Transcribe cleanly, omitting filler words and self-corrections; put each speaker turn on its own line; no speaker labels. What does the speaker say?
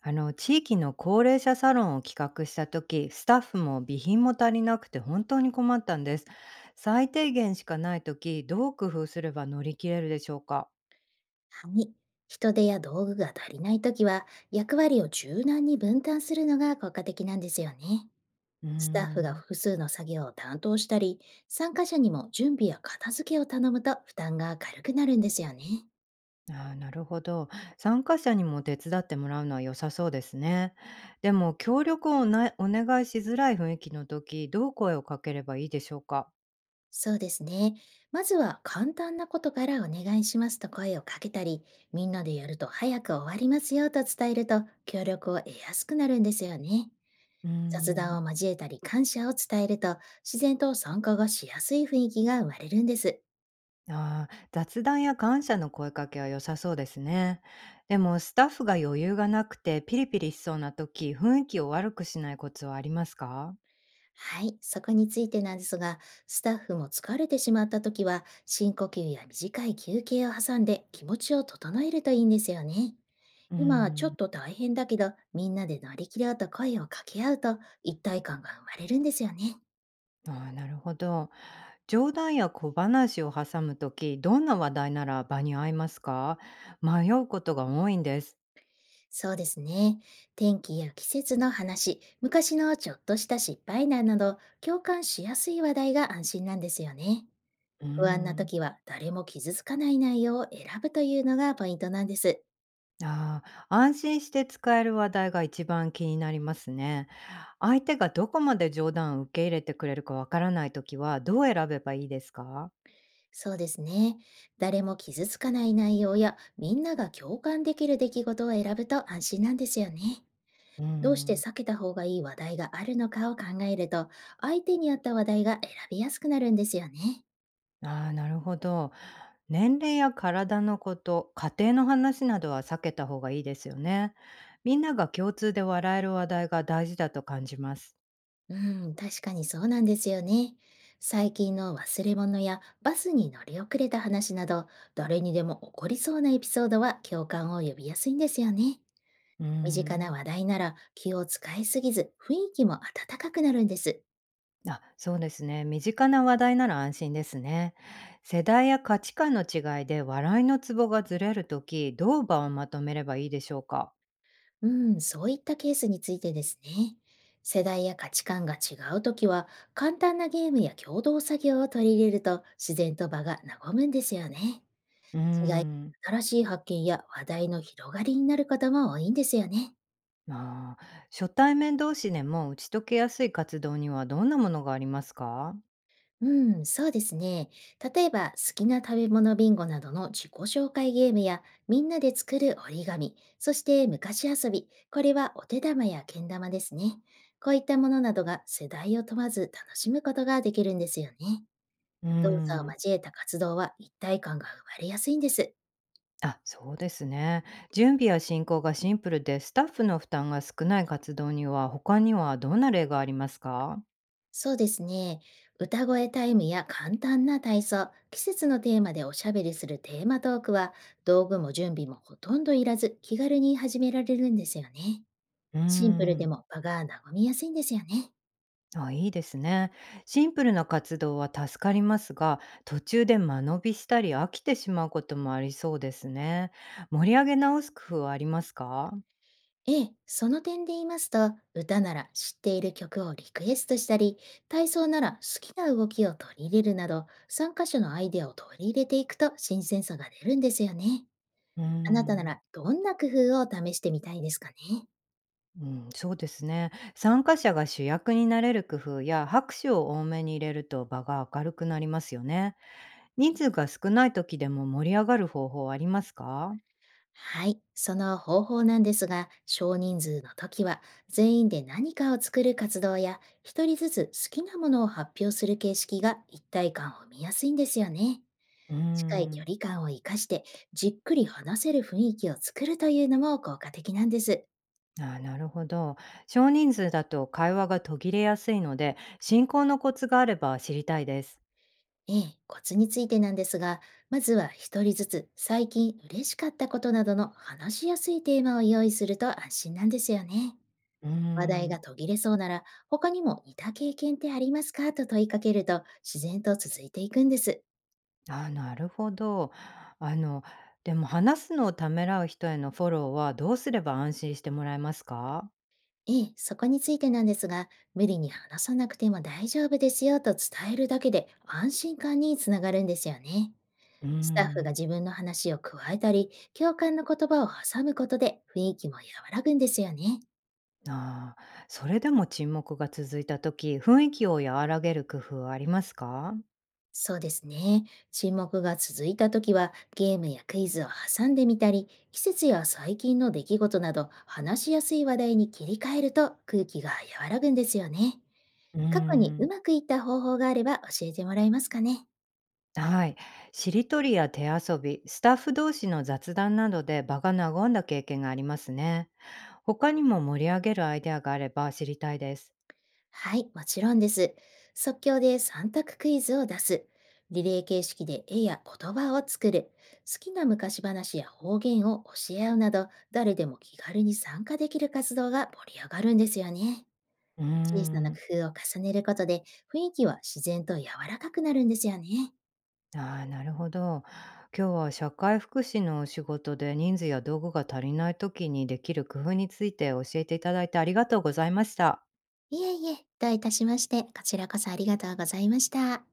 地域の高齢者サロンを企画した時、スタッフも備品も足りなくて本当に困ったんです。最低限しかない時、どう工夫すれば乗り切れるでしょうか？
はい。人手や道具が足りないときは、役割を柔軟に分担するのが効果的なんですよね。
うー
スタッフが
ん。
複数の作業を担当したり、参加者にも準備や片付けを頼むと負担が軽くなるんですよね。
あーなるほど。参加者にも手伝ってもらうのは良さそうですね。でも、協力をなお願いしづらい雰囲気の時、どう声をかければいいでしょうか？
そうですね。まずは簡単なことからお願いしますと声をかけたり、みんなでやると早く終わりますよと伝えると協力を得やすくなるんですよね。
うー
雑談
ん。
を交えたり感謝を伝えると、自然と参加がしやすい雰囲気が生まれるんです。
ああ、雑談や感謝の声かけは良さそうですね。でもスタッフが余裕がなくてピリピリしそうな時、雰囲気を悪くしないコツはありますか？
はい、そこについてなんですが、スタッフも疲れてしまった時は、深呼吸や短い休憩を挟んで気持ちを整えるといいんですよね。
うー
今ちょ
ん。
っと大変だけど、みんなで乗り切ろうと声を掛け合うと一体感が生まれるんですよね。
ああ、なるほど。冗談や小話を挟む時、どんな話題なら場に合いますか？迷うことが多いんです。
そうですね。天気や季節の話、昔のちょっとした失敗談など、共感しやすい話題が安心なんですよね。
うー
不安な
ん。
時は誰も傷つかない内容を選ぶというのがポイントなんです。
ああ、安心して使える話題が一番気になりますね。相手がどこまで冗談を受け入れてくれるかわからない時はどう選べばいいですか？
そうですね。誰も傷つかない内容やみんなが共感できる出来事を選ぶと安心なんですよね。
う
どうして
ん。
避けた方がいい話題があるのかを考えると、相手に合った話題が選びやすくなるんですよね。
ああ、なるほど。年齢や体のこと、家庭の話などは避けた方がいいですよね。みんなが共通で笑える話題が大事だと感じます。
うん、確かにそうなんですよね。最近の忘れ物やバスに乗り遅れた話など、誰にでも起こりそうなエピソードは共感を呼びやすいんですよね。
うー
身近な
ん。
話題なら気を使いすぎず雰囲気も温かくなるんです。
あ、そうですね。身近な話題なら安心ですね。世代や価値観の違いで笑いのツボがずれるとき、どう場をまとめればいいでしょうか？
うん、そういったケースについてですね。世代や価値観が違うときは簡単なゲームや共同作業を取り入れると自然と場が和むんですよね。
うー
違い、
ん。
新しい発見や話題の広がりになることも多いんですよね。
まあ、初対面同士でも打ち解けやすい活動にはどんなものがありますか？
うん、そうですね。例えば、好きな食べ物ビンゴなどの自己紹介ゲームや、みんなで作る折り紙、そして昔遊び、これはお手玉やけん玉ですね。こういったものなどが世代を問わず楽しむことができるんですよね。
うー
動作を
ん。
交えた活動は一体感が生まれやすいんです。
あ、そうですね。準備や進行がシンプルで、スタッフの負担が少ない活動には、他にはどんな例がありますか？
そうですね。歌声タイムや簡単な体操、季節のテーマでおしゃべりするテーマトークは、道具も準備もほとんどいらず気軽に始められるんですよね。
うー
シンプルで
ん、
も場が和みやすいんですよね。
あ、いいですね。シンプルな活動は助かりますが、途中で間延びしたり飽きてしまうこともありそうですね。盛り上げ直す工夫はありますか？
ええ、その点で言いますと、歌なら知っている曲をリクエストしたり、体操なら好きな動きを取り入れるなど、参加者のアイデアを取り入れていくと新鮮さが出るんですよね。
うー
あなたな
ん、
らどんな工夫を試してみたいですかね。
うん、そうですね。参加者が主役になれる工夫や拍手を多めに入れると場が明るくなりますよね。人数が少ない時でも盛り上がる方法はありますか？
はい、その方法なんですが、少人数の時は全員で何かを作る活動や、一人ずつ好きなものを発表する形式が一体感を見やすいんですよね。
うー
近い距
ん。
離感を生かして、じっくり話せる雰囲気を作るというのも効果的なんです。
あーなるほど。少人数だと会話が途切れやすいので、進行のコツがあれば知りたいです。
ええ、コツについてなんですが、まずは一人ずつ最近嬉しかったことなどの話しやすいテーマを用意すると安心なんですよね。
うー
話題が
ん。
途切れそうなら、他にも似た経験ってありますかと問いかけると自然と続いていくんです。
あーなるほど。あの、でも話すのをためらう人へのフォローはどうすれば安心してもらえますか？
ええ、そこについてなんですが、無理に話さなくても大丈夫ですよと伝えるだけで安心感につながるんですよね。
うー
スタッフが
ん。
自分の話を加えたり、共感の言葉を挟むことで雰囲気も和らぐんですよね。
あーそれでも沈黙が続いた時、雰囲気を和らげる工夫はありますか？
そうですね。沈黙が続いた時は、ゲームやクイズを挟んでみたり、季節や最近の出来事など、話しやすい話題に切り替えると空気が和らぐんですよね。
うー
過去に
ん。
うまくいった方法があれば教えてもらえますかね。
はい。しりとりや手遊び、スタッフ同士の雑談などで場が和んだ経験がありますね。他にも盛り上げるアイデアがあれば知りたいです。
はい、もちろんです。即興で3択クイズを出す。リレー形式で絵や言葉を作る。好きな昔話や方言を教え合うなど、誰でも気軽に参加できる活動が盛り上がるんですよね。
うー
小さな工
ん。
夫を重ねることで、雰囲気は自然と柔らかくなるんですよね。
ああ、なるほど。今日は社会福祉のお仕事で人数や道具が足りない時にできる工夫について教えていただいてありがとうございました。
いえいえ、どういたしまして、こちらこそありがとうございました。